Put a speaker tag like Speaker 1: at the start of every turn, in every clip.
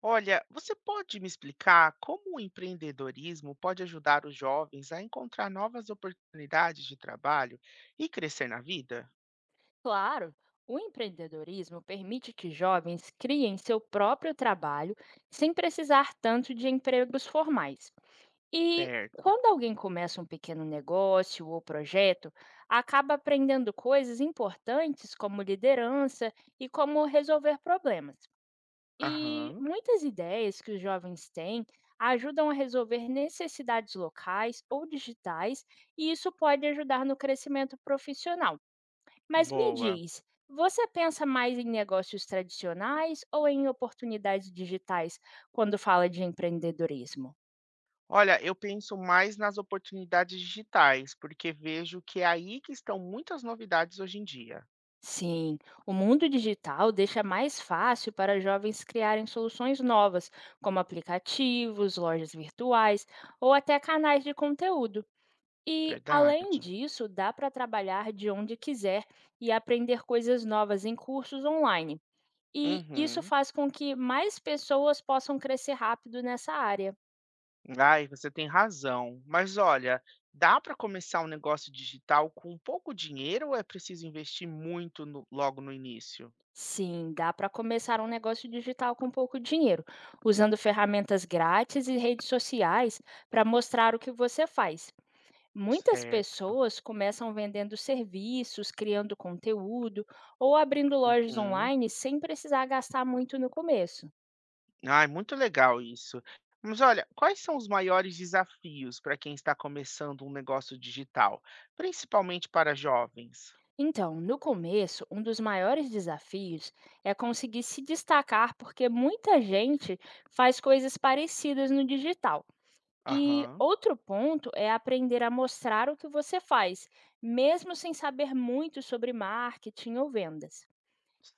Speaker 1: Olha, você pode me explicar como o empreendedorismo pode ajudar os jovens a encontrar novas oportunidades de trabalho e crescer na vida?
Speaker 2: Claro, o empreendedorismo permite que jovens criem seu próprio trabalho sem precisar tanto de empregos formais. E
Speaker 1: Certo.
Speaker 2: quando alguém começa um pequeno negócio ou projeto, acaba aprendendo coisas importantes como liderança e como resolver problemas. E
Speaker 1: Aham,
Speaker 2: muitas ideias que os jovens têm ajudam a resolver necessidades locais ou digitais, e isso pode ajudar no crescimento profissional. Mas me
Speaker 1: boa.
Speaker 2: diz, você pensa mais em negócios tradicionais ou em oportunidades digitais quando fala de empreendedorismo?
Speaker 1: Olha, eu penso mais nas oportunidades digitais, porque vejo que é aí que estão muitas novidades hoje em dia.
Speaker 2: Sim, o mundo digital deixa mais fácil para jovens criarem soluções novas, como aplicativos, lojas virtuais ou até canais de conteúdo. E, além
Speaker 1: Verdade.
Speaker 2: disso, dá para trabalhar de onde quiser e aprender coisas novas em cursos online. E isso
Speaker 1: Uhum.
Speaker 2: faz com que mais pessoas possam crescer rápido nessa área.
Speaker 1: Ai, você tem razão. Mas olha, dá para começar um negócio digital com pouco dinheiro ou é preciso investir muito logo no início?
Speaker 2: Sim, dá para começar um negócio digital com pouco dinheiro, usando ferramentas grátis e redes sociais para mostrar o que você faz. Muitas
Speaker 1: Certo.
Speaker 2: pessoas começam vendendo serviços, criando conteúdo ou abrindo lojas
Speaker 1: Uhum.
Speaker 2: online sem precisar gastar muito no começo.
Speaker 1: Ai, muito legal isso. Mas olha, quais são os maiores desafios para quem está começando um negócio digital, principalmente para jovens?
Speaker 2: Então, no começo, um dos maiores desafios é conseguir se destacar, porque muita gente faz coisas parecidas no digital. E
Speaker 1: Aham,
Speaker 2: outro ponto é aprender a mostrar o que você faz, mesmo sem saber muito sobre marketing ou vendas.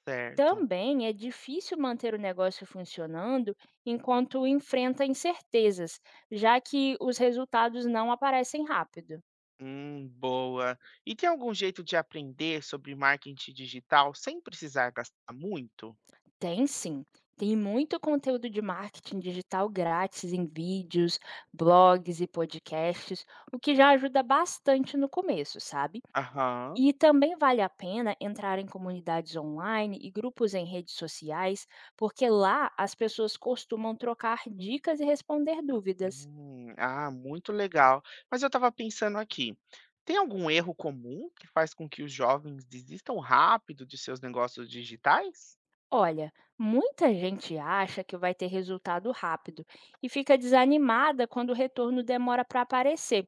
Speaker 1: certo.
Speaker 2: Também é difícil manter o negócio funcionando enquanto enfrenta incertezas, já que os resultados não aparecem rápido.
Speaker 1: Boa. E tem algum jeito de aprender sobre marketing digital sem precisar gastar muito?
Speaker 2: Tem sim, tem muito conteúdo de marketing digital grátis em vídeos, blogs e podcasts, o que já ajuda bastante no começo, sabe?
Speaker 1: Aham.
Speaker 2: E também vale a pena entrar em comunidades online e grupos em redes sociais, porque lá as pessoas costumam trocar dicas e responder dúvidas.
Speaker 1: Ah, muito legal. Mas eu estava pensando aqui, tem algum erro comum que faz com que os jovens desistam rápido de seus negócios digitais?
Speaker 2: Olha, muita gente acha que vai ter resultado rápido e fica desanimada quando o retorno demora para aparecer.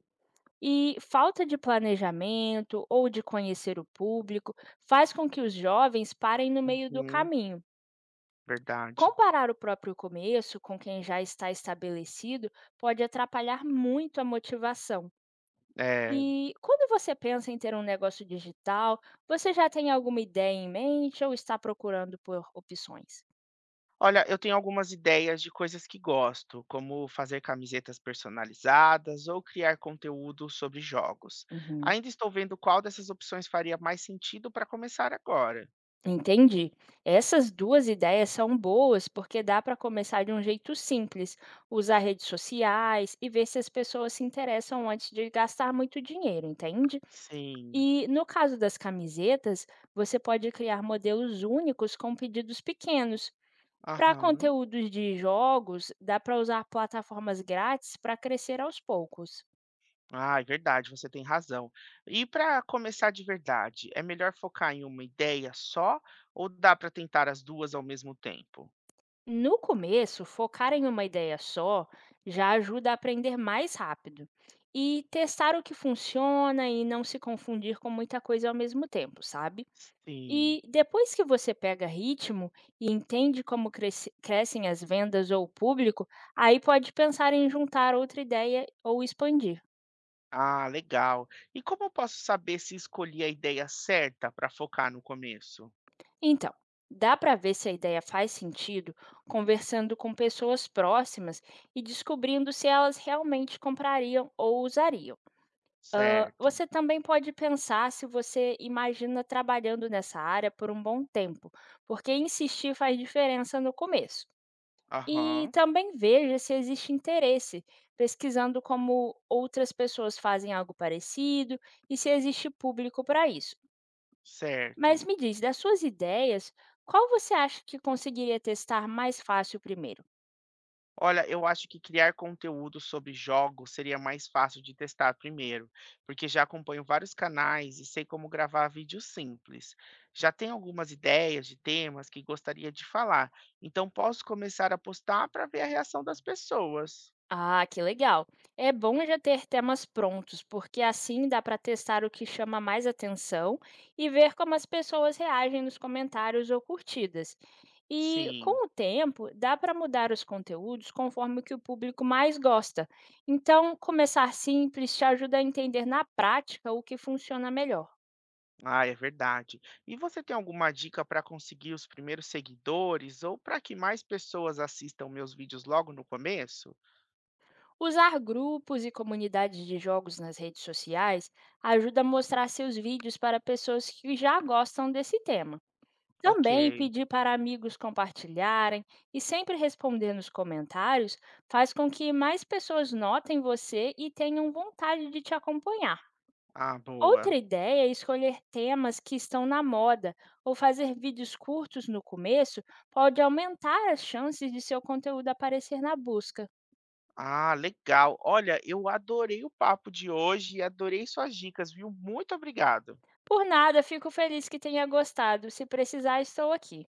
Speaker 2: E falta de planejamento ou de conhecer o público faz com que os jovens parem no meio do
Speaker 1: Uhum,
Speaker 2: caminho.
Speaker 1: verdade.
Speaker 2: Comparar o próprio começo com quem já está estabelecido pode atrapalhar muito a motivação.
Speaker 1: É.
Speaker 2: E quando você pensa em ter um negócio digital, você já tem alguma ideia em mente ou está procurando por opções?
Speaker 1: Olha, eu tenho algumas ideias de coisas que gosto, como fazer camisetas personalizadas ou criar conteúdo sobre jogos.
Speaker 2: Uhum.
Speaker 1: Ainda estou vendo qual dessas opções faria mais sentido para começar agora.
Speaker 2: Entendi. Essas duas ideias são boas porque dá para começar de um jeito simples, usar redes sociais e ver se as pessoas se interessam antes de gastar muito dinheiro, entende?
Speaker 1: Sim.
Speaker 2: E no caso das camisetas, você pode criar modelos únicos com pedidos pequenos. Para
Speaker 1: Aham.
Speaker 2: conteúdos de jogos, dá para usar plataformas grátis para crescer aos poucos.
Speaker 1: Ah, é verdade, você tem razão. E para começar de verdade, é melhor focar em uma ideia só ou dá para tentar as duas ao mesmo tempo?
Speaker 2: No começo, focar em uma ideia só já ajuda a aprender mais rápido. E testar o que funciona e não se confundir com muita coisa ao mesmo tempo, sabe?
Speaker 1: Sim.
Speaker 2: E depois que você pega ritmo e entende como crescem as vendas ou o público, aí pode pensar em juntar outra ideia ou expandir.
Speaker 1: Ah, legal. E como eu posso saber se escolhi a ideia certa para focar no começo?
Speaker 2: Então, dá para ver se a ideia faz sentido conversando com pessoas próximas e descobrindo se elas realmente comprariam ou usariam. Ah,
Speaker 1: Certo.
Speaker 2: você também pode pensar se você imagina trabalhando nessa área por um bom tempo, porque insistir faz diferença no começo. E
Speaker 1: Aham,
Speaker 2: também veja se existe interesse, pesquisando como outras pessoas fazem algo parecido e se existe público para isso. Mas
Speaker 1: certo.
Speaker 2: me diz, das suas ideias, qual você acha que conseguiria testar mais fácil primeiro?
Speaker 1: Olha, eu acho que criar conteúdo sobre jogos seria mais fácil de testar primeiro, porque já acompanho vários canais e sei como gravar vídeos simples. Já tenho algumas ideias de temas que gostaria de falar, então posso começar a postar para ver a reação das pessoas.
Speaker 2: Ah, que legal. É bom já ter temas prontos, porque assim dá para testar o que chama mais atenção e ver como as pessoas reagem nos comentários ou curtidas. E
Speaker 1: Sim.
Speaker 2: com o tempo, dá para mudar os conteúdos conforme o que o público mais gosta. Então, começar simples te ajuda a entender na prática o que funciona melhor.
Speaker 1: Ah, é verdade. E você tem alguma dica para conseguir os primeiros seguidores ou para que mais pessoas assistam meus vídeos logo no começo?
Speaker 2: Usar grupos e comunidades de jogos nas redes sociais ajuda a mostrar seus vídeos para pessoas que já gostam desse tema.
Speaker 1: Ok.
Speaker 2: Também pedir para amigos compartilharem e sempre responder nos comentários faz com que mais pessoas notem você e tenham vontade de te acompanhar.
Speaker 1: Ah, boa.
Speaker 2: Outra ideia é escolher temas que estão na moda ou fazer vídeos curtos no começo pode aumentar as chances de seu conteúdo aparecer na busca.
Speaker 1: Ah, legal. Olha, eu adorei o papo de hoje e adorei suas dicas, viu? Muito obrigado.
Speaker 2: Por nada, fico feliz que tenha gostado. Se precisar, estou aqui.